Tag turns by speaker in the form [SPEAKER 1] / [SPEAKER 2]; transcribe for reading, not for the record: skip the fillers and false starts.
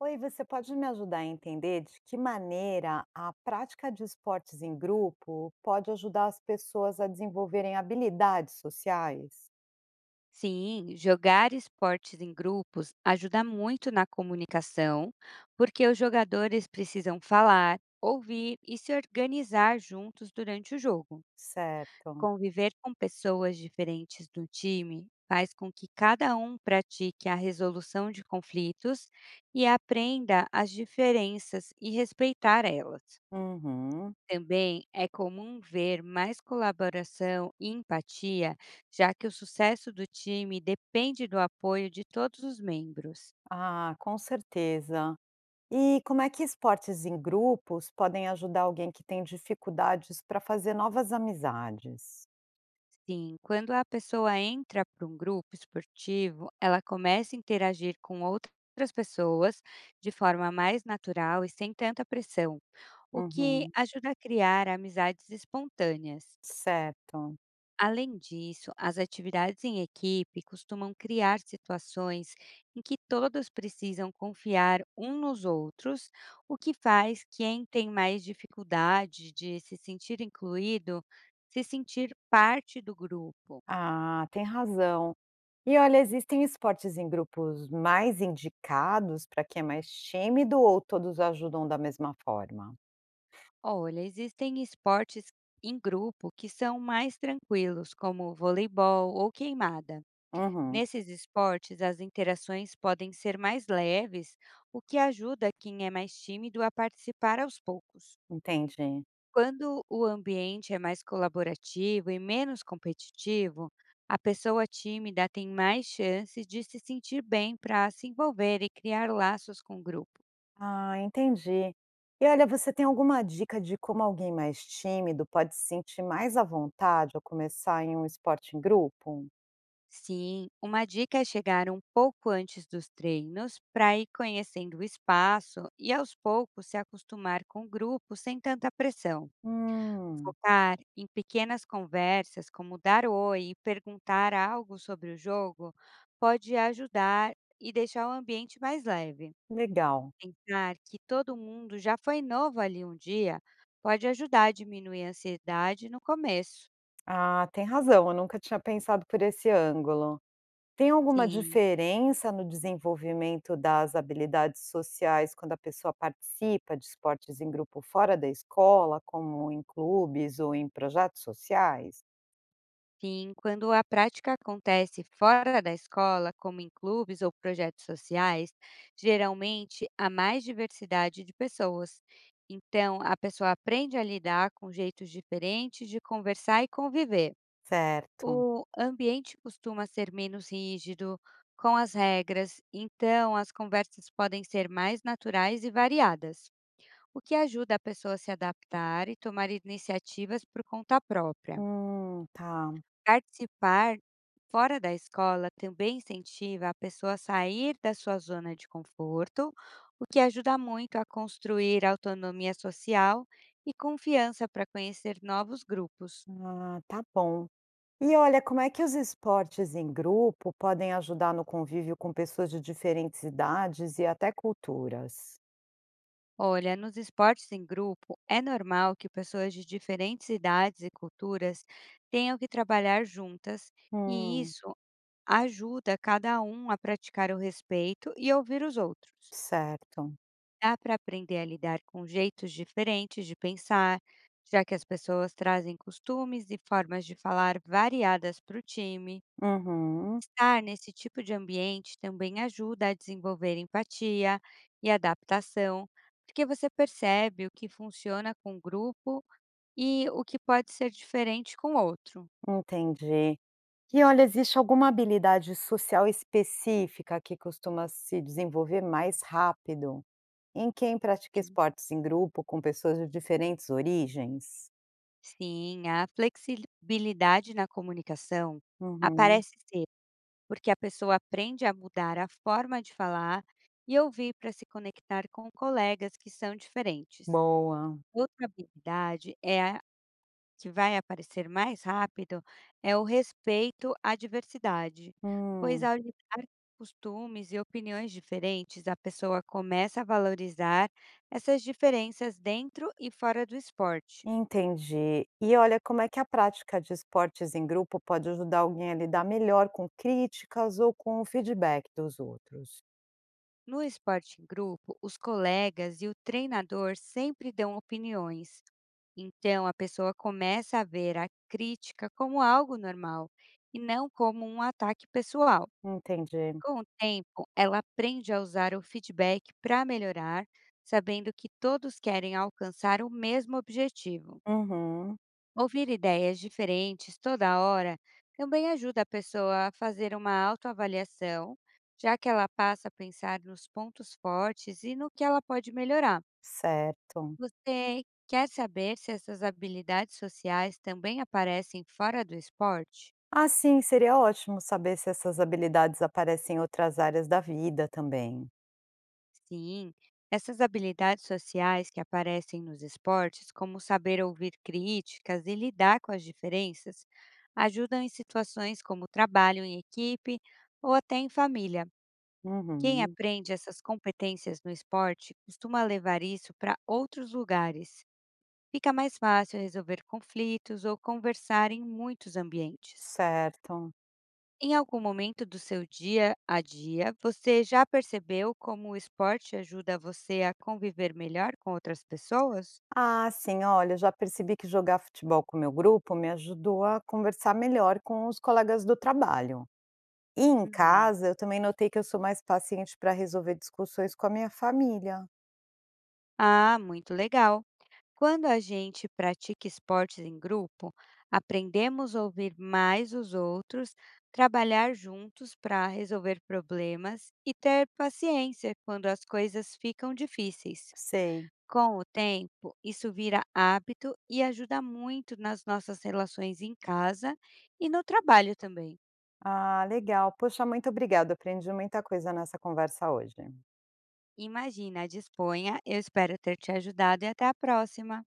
[SPEAKER 1] Oi, você pode me ajudar a entender de que maneira a prática de esportes em grupo pode ajudar as pessoas a desenvolverem habilidades sociais?
[SPEAKER 2] Sim, jogar esportes em grupos ajuda muito na comunicação, porque os jogadores precisam falar, ouvir e se organizar juntos durante o jogo.
[SPEAKER 1] Certo.
[SPEAKER 2] Conviver com pessoas diferentes do time faz com que cada um pratique a resolução de conflitos e aprenda as diferenças e respeitar elas.
[SPEAKER 1] Uhum.
[SPEAKER 2] Também é comum ver mais colaboração e empatia, já que o sucesso do time depende do apoio de todos os membros.
[SPEAKER 1] Ah, com certeza. E como é que esportes em grupos podem ajudar alguém que tem dificuldades para fazer novas amizades?
[SPEAKER 2] Sim, quando a pessoa entra para um grupo esportivo, ela começa a interagir com outras pessoas de forma mais natural e sem tanta pressão, o que
[SPEAKER 1] Uhum.
[SPEAKER 2] ajuda a criar amizades espontâneas.
[SPEAKER 1] Certo.
[SPEAKER 2] Além disso, as atividades em equipe costumam criar situações em que todos precisam confiar um nos outros, o que faz quem tem mais dificuldade de se sentir incluído se sentir parte do grupo.
[SPEAKER 1] Ah, tem razão. E olha, existem esportes em grupos mais indicados para quem é mais tímido ou todos ajudam da mesma forma?
[SPEAKER 2] Olha, existem esportes em grupo que são mais tranquilos, como voleibol ou queimada.
[SPEAKER 1] Uhum,
[SPEAKER 2] Nesses esportes, as interações podem ser mais leves, o que ajuda quem é mais tímido a participar aos poucos.
[SPEAKER 1] entendi.
[SPEAKER 2] Quando o ambiente é mais colaborativo e menos competitivo, a pessoa tímida tem mais chances de se sentir bem para se envolver e criar laços com o grupo.
[SPEAKER 1] Ah, entendi. E olha, você tem alguma dica de como alguém mais tímido pode se sentir mais à vontade ao começar em um esporte em grupo?
[SPEAKER 2] Sim, uma dica é chegar um pouco antes dos treinos para ir conhecendo o espaço e aos poucos se acostumar com o grupo sem tanta pressão.
[SPEAKER 1] Hum,
[SPEAKER 2] Focar em pequenas conversas, como dar oi e perguntar algo sobre o jogo, pode ajudar e deixar o ambiente mais leve.
[SPEAKER 1] legal.
[SPEAKER 2] Pensar que todo mundo já foi novo ali um dia pode ajudar a diminuir a ansiedade no começo.
[SPEAKER 1] Ah, tem razão, eu nunca tinha pensado por esse ângulo. Tem alguma
[SPEAKER 2] Sim.
[SPEAKER 1] diferença no desenvolvimento das habilidades sociais quando a pessoa participa de esportes em grupo fora da escola, como em clubes ou em projetos sociais?
[SPEAKER 2] Sim, quando a prática acontece fora da escola, como em clubes ou projetos sociais, geralmente há mais diversidade de pessoas. Então, a pessoa aprende a lidar com jeitos diferentes de conversar e conviver.
[SPEAKER 1] Certo.
[SPEAKER 2] O ambiente costuma ser menos rígido, com as regras, então as conversas podem ser mais naturais e variadas, o que ajuda a pessoa a se adaptar e tomar iniciativas por conta própria.
[SPEAKER 1] Tá.
[SPEAKER 2] Participar fora da escola também incentiva a pessoa a sair da sua zona de conforto, o que ajuda muito a construir autonomia social e confiança para conhecer novos grupos.
[SPEAKER 1] Ah, tá bom. E olha, como é que os esportes em grupo podem ajudar no convívio com pessoas de diferentes idades e até culturas?
[SPEAKER 2] Olha, nos esportes em grupo, é normal que pessoas de diferentes idades e culturas tenham que trabalhar juntas, e
[SPEAKER 1] Hum,
[SPEAKER 2] isso ajuda cada um a praticar o respeito e ouvir os outros.
[SPEAKER 1] certo.
[SPEAKER 2] Dá para aprender a lidar com jeitos diferentes de pensar, já que as pessoas trazem costumes e formas de falar variadas para o time.
[SPEAKER 1] Uhum,
[SPEAKER 2] Estar nesse tipo de ambiente também ajuda a desenvolver empatia e adaptação, porque você percebe o que funciona com o grupo e o que pode ser diferente com o outro.
[SPEAKER 1] entendi. E olha, existe alguma habilidade social específica que costuma se desenvolver mais rápido em quem pratica
[SPEAKER 2] Sim,
[SPEAKER 1] esportes em grupo com pessoas de diferentes origens?
[SPEAKER 2] Sim, a flexibilidade na comunicação
[SPEAKER 1] Uhum.
[SPEAKER 2] aparece porque a pessoa aprende a mudar a forma de falar e ouvir para se conectar com colegas que são diferentes.
[SPEAKER 1] Boa.
[SPEAKER 2] Outra habilidade é a que vai aparecer mais rápido é o respeito à diversidade, pois
[SPEAKER 1] Hum,
[SPEAKER 2] ao lidar com costumes e opiniões diferentes, a pessoa começa a valorizar essas diferenças dentro e fora do esporte.
[SPEAKER 1] entendi. E olha, como é que a prática de esportes em grupo pode ajudar alguém a lidar melhor com críticas ou com o feedback dos outros?
[SPEAKER 2] No esporte em grupo, os colegas e o treinador sempre dão opiniões. Então, a pessoa começa a ver a crítica como algo normal e não como um ataque pessoal.
[SPEAKER 1] Entendi.
[SPEAKER 2] Com o tempo, ela aprende a usar o feedback para melhorar, sabendo que todos querem alcançar o mesmo objetivo.
[SPEAKER 1] Uhum,
[SPEAKER 2] Ouvir ideias diferentes toda hora também ajuda a pessoa a fazer uma autoavaliação, já que ela passa a pensar nos pontos fortes e no que ela pode melhorar.
[SPEAKER 1] certo.
[SPEAKER 2] Você quer saber se essas habilidades sociais também aparecem fora do esporte?
[SPEAKER 1] Ah, sim, seria ótimo saber se essas habilidades aparecem em outras áreas da vida também.
[SPEAKER 2] Sim, essas habilidades sociais que aparecem nos esportes, como saber ouvir críticas e lidar com as diferenças, ajudam em situações como trabalho em equipe ou até em família. Quem
[SPEAKER 1] Uhum,
[SPEAKER 2] aprende essas competências no esporte costuma levar isso para outros lugares. Fica mais fácil resolver conflitos ou conversar em muitos ambientes.
[SPEAKER 1] certo.
[SPEAKER 2] Em algum momento do seu dia a dia, você já percebeu como o esporte ajuda você a conviver melhor com outras pessoas?
[SPEAKER 1] Ah, sim, olha, já percebi que jogar futebol com o meu grupo me ajudou a conversar melhor com os colegas do trabalho. E em
[SPEAKER 2] Uhum.
[SPEAKER 1] casa, eu também notei que eu sou mais paciente para resolver discussões com a minha família.
[SPEAKER 2] Ah, muito legal! Quando a gente pratica esportes em grupo, aprendemos a ouvir mais os outros, trabalhar juntos para resolver problemas e ter paciência quando as coisas ficam difíceis.
[SPEAKER 1] Sei.
[SPEAKER 2] Com o tempo, isso vira hábito e ajuda muito nas nossas relações em casa e no trabalho também.
[SPEAKER 1] Ah, legal. Poxa, muito obrigada. Aprendi muita coisa nessa conversa hoje.
[SPEAKER 2] Imagina, disponha. Eu espero ter te ajudado e até a próxima.